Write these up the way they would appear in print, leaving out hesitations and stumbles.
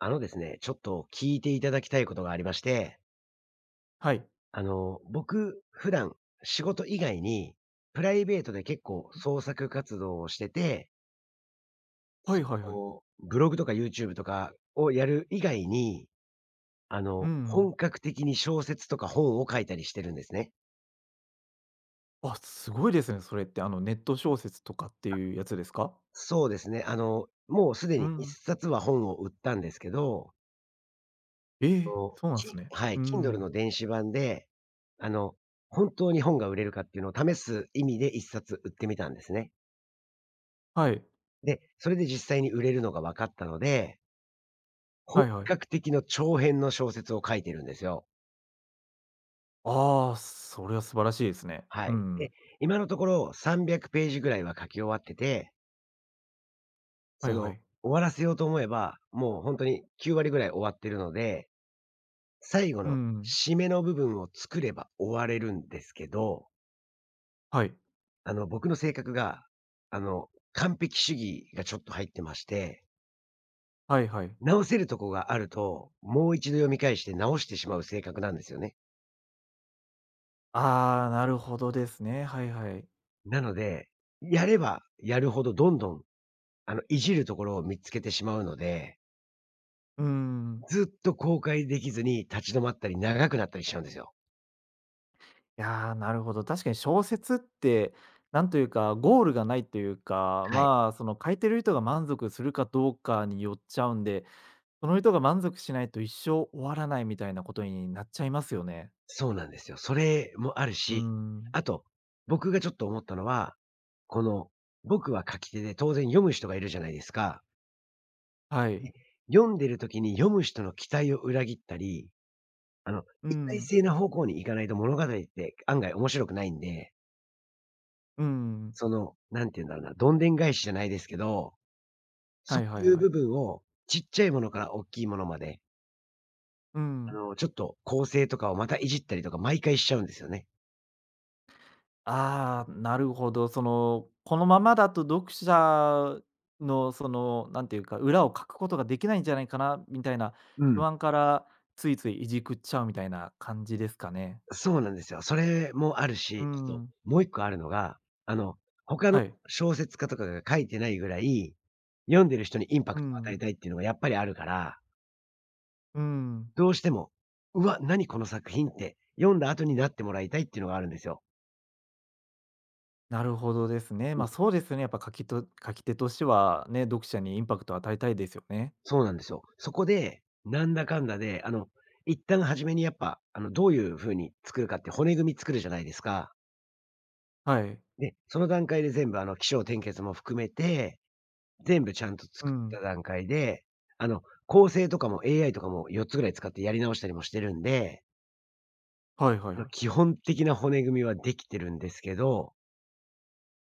あのですね、ちょっと聞いていただきたいことがありまして、はい。僕、普段、仕事以外に、プライベートで結構創作活動をしてて、はそいはいはい。ブログとか YouTube とかをやる以外に、うん。本格的に小説とか本を書いたりしてるんですね。あ、すごいですね、それって。ネット小説とかっていうやつですか？そうですね。もうすでうに一ん。冊は本を売ったんですけど、ええ、そうなんですね。はい、う Kindle ん。の電子版で、あの、本当に本が売れるかっていうのを試す意味で一冊売ってみたんですね。はい。で、それで実際に売れるのが分かったので、本はいはい。格的の長編の小説を書いてるんですよ。ああ、それは素晴らしいですね。はうい。で、ん。今のところ300ページぐらいは書き終わってて、はそいの、はい。終わらせようと思えば、もう本当に9割ぐらい終わってるので、最後うのん。締めの部分を作れば終われるんですけど、はい。僕の性格が、あの、完璧主義がちょっと入ってまして、はいはい。直せるとこがあると、もう一度読み返して直してしまう性格なんですよね。ああ、なるほどですね。はいはい。なので、やればやるほどどんどん、いじるところを見つけてしまうので、うん。ずっと後悔できずに立ち止まったり長くなったりしちゃうんですよ。いやー、なるほど。確かに小説って、なんというか、ゴールがないというか、はい。まあ、その書いてる人が満足するかどうかによっちゃうんで、その人が満足しないと一生終わらないみたいなことになっちゃいますよね。そうなんですよ。それもあるうーし、ん。あと、僕がちょっと思ったのは、この、僕は書き手で当然読む人がいるじゃないですか。はい。で、読んでる時に読む人の期待を裏切ったり、あの、う一体ん。性な方向に行かないと物語って案外面白くないんで、うん。なんて言うんだろうな、どんでん返しじゃないですけど、そはいはういいうはい。部分をちっちゃいものから大きいものまで、うん。ちょっと構成とかをまたいじったりとか毎回しちゃうんですよね。ああ、なるほど。その、このままだと読者のその、なんていうか、裏を書くことができないんじゃないかなみたいなう不ん。安から、ついついいじくっちゃうみたいな感じですかね。そうなんですよ。それもあるうし、あと、ん。もう一個あるのが、あの、他のはい。小説家とかが書いてないぐらい、読んでる人にインパうクトを与ん。えたいっていうのがやっぱりあるから、うん。どうしても、「うわ、何この作品」って読んだ後になってもらいたいっていうのがあるんですよ。なるほどですね。うま、あん。そうですね、やっぱ書き手としてはね、読者にインパクトを与えたいですよね。そうなんですよ。そこで、なんだかんだで、一旦初めにやっぱ、どういう風に作るかって骨組み作るじゃないですか。はい。で、その段階で全部、起承転結も含めて、全部ちゃんとう作っん。た段階で、構成とかも AI とかも4つぐらい使ってやり直したりもしてるんで、はいはいはい。基本的な骨組みはできてるんですけど、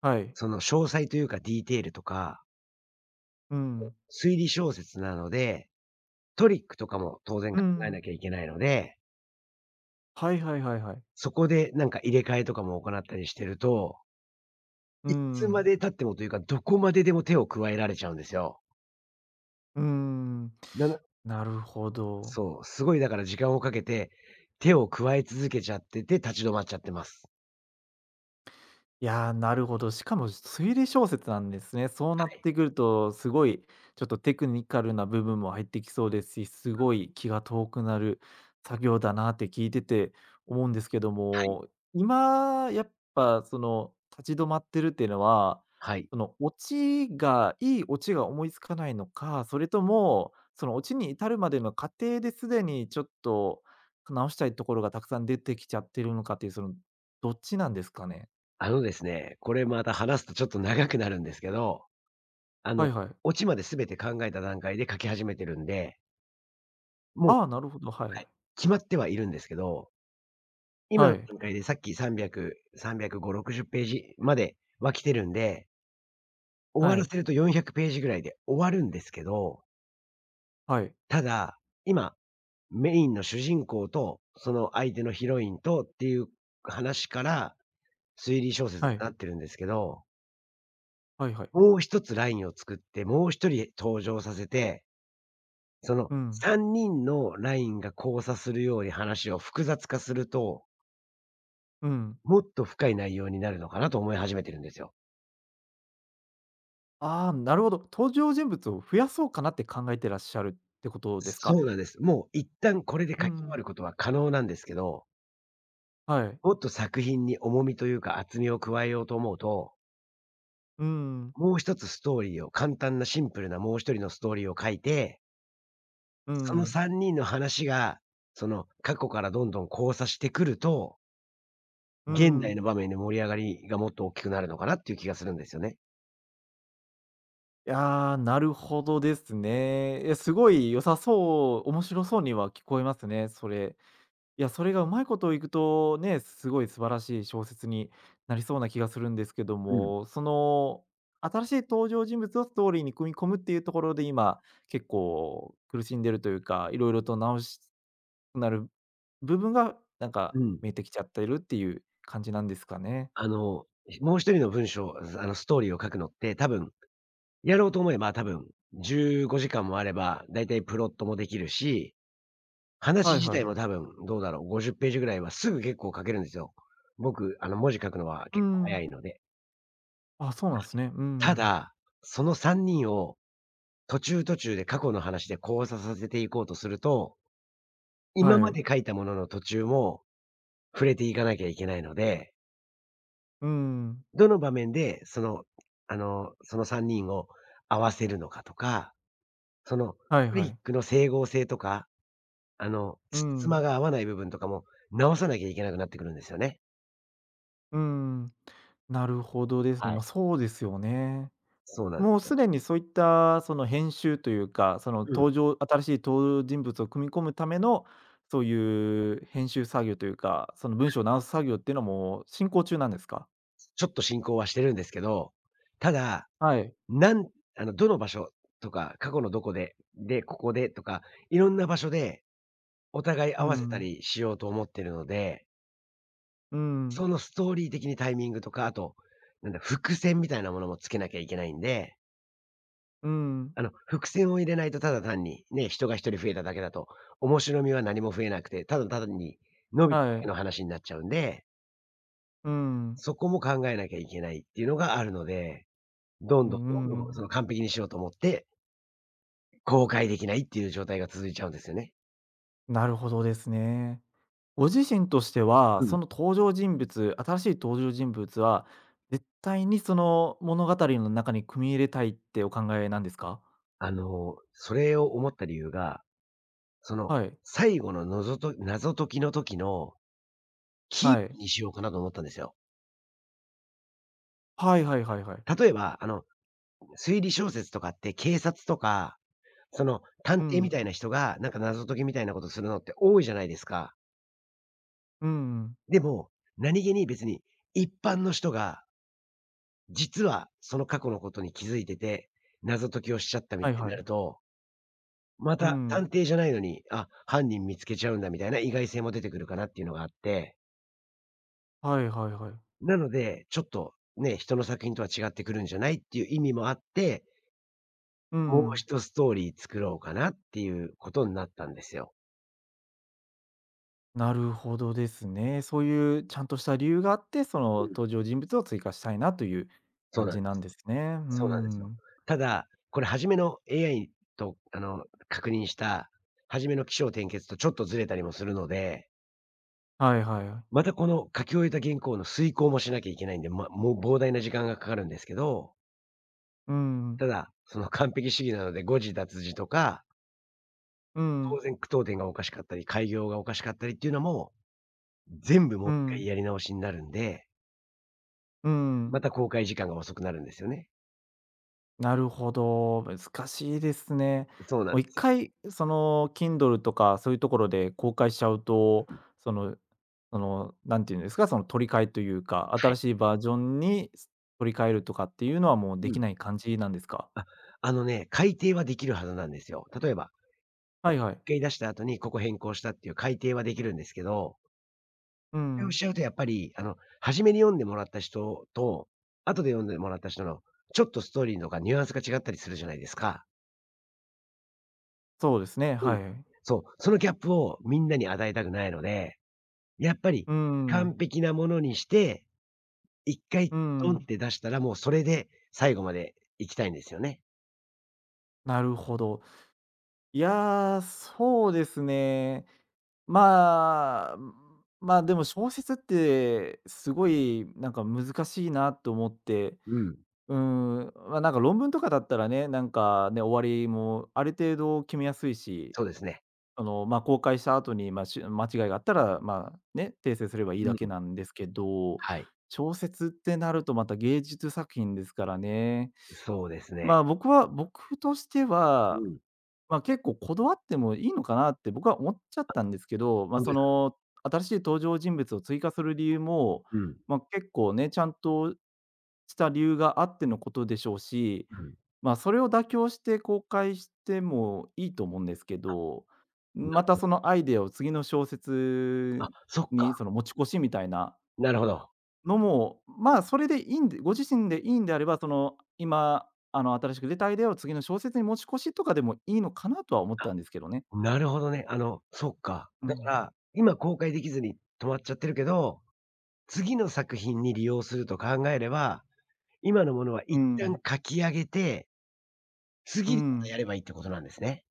はい。その詳細というかディテールとか、うん。推理小説なので、トリックとかも当然う考えん。なきゃいけないので、はいはいはいはい。そこでなんか入れ替えとかも行ったりしてると、うんうんはいはいはいはいういつまんで経ってもというか、どこまででも手を加えられちゃうんですよ。ううーん。なななるほど。そう、すごいだから時間をかけて、手を加え続けちゃってて、立ち止まっちゃってます。いやー、なるほど。しかも推理小説なんですね。そうなはっい。てくると、すごいちょっとテクニカルな部分も入ってきそうですし、すごい気が遠くなる作業だなって聞いてて思うんですけどはい。も、今やっぱその立ち止まってるっていうのは、はい。そのオチがいいオチが思いつかないのか、それともそのオチに至るまでの過程ですでにちょっと直したいところがたくさん出てきちゃってるのかっていう、そのどっちなんですかね？あのですね、これまた話すとちょっと長くなるんですけど、あの、はいはい。オチまで全て考えた段階で書き始めてるんで、もうああ、なるほど、はい。はい、決まってはいるんですけど、今はのい。段階でさっき300、350、60ページまでは来てるんで、終わはらい。せると400ページぐらいで終わるんですけど、はい。ただ、今、メインの主人公と、その相手のヒロインとっていう話から推理小説にはい。なってるんですけど、はいはい。もう一つラインを作って、もう一人登場させて、そのうん。3人のラインが交差するように話を複雑化すると、うん。もっと深い内容になるのかなと思い始めてるんですよ。ああ、なるほど。登場人物を増やそうかなって考えてらっしゃるってことですそうか？なんです。もう一旦これでう書き終わん。ることは可能なんですけど、はい。もっと作品に重みというか厚みを加えようと思うと、うん。もう一つストーリーを簡単なシンプルなもう一人のストーリーを書いて、うそのん。3人の話が、その過去からどんどん交差してくると、う現代ん。の場面で盛り上がりがもっと大きくなるのかなっていう気がするんですよね。いや、なるほどですね。いや、すごい良さそう面白そうには聞こえますね、それ。いや、それがうまいこといくと、ね、すごい素晴らしい小説になりそうな気がするんですけどうん。も、その、新しい登場人物をストーリーに組み込むっていうところで、今、結構苦しんでるというか、いろいろと直しなる部分が、なんうか、ん。見えてきちゃってるっていう感じなんですかね。あの、もう一人の文章、あのストーリーを書くのって多分やろうと思えば多分15時間もあれば、だいたいプロットもできるし、話はい自は体い。も多分どうだろう、50ページぐらいはすぐ結構書けるんですよ。僕、文字書くのはう結構早ん。いので。あ、そうなんですね。うたん。だ、その3人を途中途中で過去の話で交差させていこうとすると、今はまい。で書いたものの途中も触れていかなきゃいけないので、うん。どの場面でその3人を合わせるのかとか、そのはいトはリッい。クの整合性とか、うつつまん。が合わない部分とかも直さなきゃいけなくなってくるんですよね。うん。なるほどですね。はい。まあ、そうですよね。そうなんでもうすよ。すでにそういった、その編集というか、そのうん。新しい登場人物を組み込むための、そういう編集作業というか、その文章を直す作業っていうのも進行中なんですか？ちょっと進行はしてるんですけど、ただ、はい。なんあの、どの場所とか、過去のどこで、で、ここでとか、いろんな場所でお互いう合わせたん、りしようと思ってるので、うん、そのストーリー的にタイミングとか、あと、なんだ、伏線みたいなものもつけなきゃいけないんで、うん、伏線を入れないとただ単に、ね、人が一人増えただけだと、面白みは何も増えなくて、ただ単に伸びただはけい、の話になっちゃうんで、うん、そこも考えなきゃいけないっていうのがあるので、どんうどんどんどんそん、の完璧にしようと思って、公開できないっていう状態が続いちゃうんですよね。なるほどですね。ご自身としては、うそん。の登場人物新しい登場人物は、絶対にその物語の中に組み入れたいってお考えなんですか？それを思った理由が、その、はい、最後ののぞと謎解きの時のキはーい。にしようかなと思ったんですよ。はいはいはいはい。例えば、推理小説とかって警察とか探う偵みたん、いな人が、なんか謎解きみたいなことするのって多いじゃないですか。うん、でも、何気に別に、一般の人が、実はその過去のことに気づいてて、謎解きをしちゃったみはいたいにはない。ると、まうた探ん。偵じゃないのに、あ、犯人見つけちゃうんだみたいな意外性も出てくるかなっていうのがあって、はいはいはい。なので、ちょっとね、人の作品とは違ってくるんじゃないっていう意味もあって、うもうん。一ストーリー作ろうかなっていうことになったんですよ。なるほどですね。そういうちゃんとした理由があって、そのうん。登場人物を追加したいなというそう感なんじなんですね。うそうなんですよ。ん。ただ、これ初めの AI と、確認した、初めの起承転結とちょっとずれたりもするので、はいはいはい。またこの書き終えた原稿の遂行もしなきゃいけないんで、ま、もう膨大な時間がかかるんですけど、うん、ただ、その完璧主義なので誤字脱字とか、う当ん、然句読点がおかしかったり、改行がおかしかったりっていうのも、全部もうう一ん、回やり直しになるんで、うん。また公開時間が遅くなるんですよね。なるほど、難しいですね。そうなんもでう一すよ。回その Kindle とかそういうところで公開しちゃうと、うん。そのその、なんていうんですか、その取り替えというか、は新い。しいバージョンに取り替えるとかっていうのはもううできん。ない感じなんですか？あ、あのね、改訂はできるはずなんですよ。例えば、はいはい。回出した後にここ変更したっていう改訂はできるんですけど、うそれをしん、ちゃうとやっぱり、初めに読んでもらった人と、後で読んでもらった人の、ちょっとストーリーとかニュアンスが違ったりするじゃないですか。そうですね、うん。はいはい。そう、そのギャップをみんなに与えたくないので、やっぱりうん、完璧なものにして、一回うドンっん、て出したら、もうそれで最後まで行きたいんですよね。なるほど。いやー、そうですね。まあ、まあ、でも小説ってすごいなんか難しいなと思って、うん、うん、ま、なんか論文とかだったらね、なんかね、終わりもある程度決めやすいし、そうですね。まあ、公開した後に、ま、間違いがあったら、まあ、ね、訂正すればいいうだん、けなんですけど、はい。小説ってなるとまた芸術作品ですからね。そうですね。まあ、僕としてはうん。まあ、結構こだわってもいいのかなって僕は思っちゃったんですけど、まあ、ほんとそですか？の、新しい登場人物を追加する理由も、うん、まあ、結構ね、ちゃんとした理由があってのことでしょうし、うん。まあ、それを妥協して公開してもいいと思うんですけど、なまたるそのアイデアを次の小あ、説そっにか、その持ち越しみたいななるほど。のも、まあ、それでいいんでご自身でいいんであれば、その、今、新しく出たアイデアを次の小説に持ち越しとかでもいいのかなとは思っあ、たんですけどね。なるほどね。そっか。うだかん。ら、今公開できずに止まっちゃってるけど、次の作品に利用すると考えれば、今のものはう一旦ん。書き上げて、う次にまたん。やればいいってことなんですね。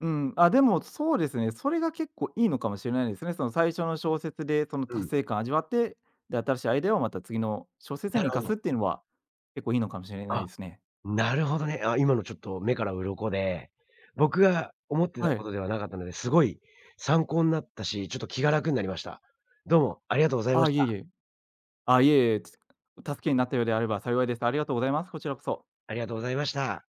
うん。あ、でも、そうですね、それが結構いいのかもしれないですね。その最初の小説でそのう達ん。成感味わって、で、新しいアイデアをまた次の小説なるに生ほかど。すっていうのは、結構いいのかもしれないあ、ですね。なるほどね。あ、今のちょっと目から鱗で、僕が思ってたはこい。とではなかったので、すごい参考になったし、ちょっと気が楽になりました。どうもありがとうございまあ、しいえいた。え。あ、いえいえ、助けになったようであれば幸いです。ありがとうございます。こちらこそ。ありがとうございました。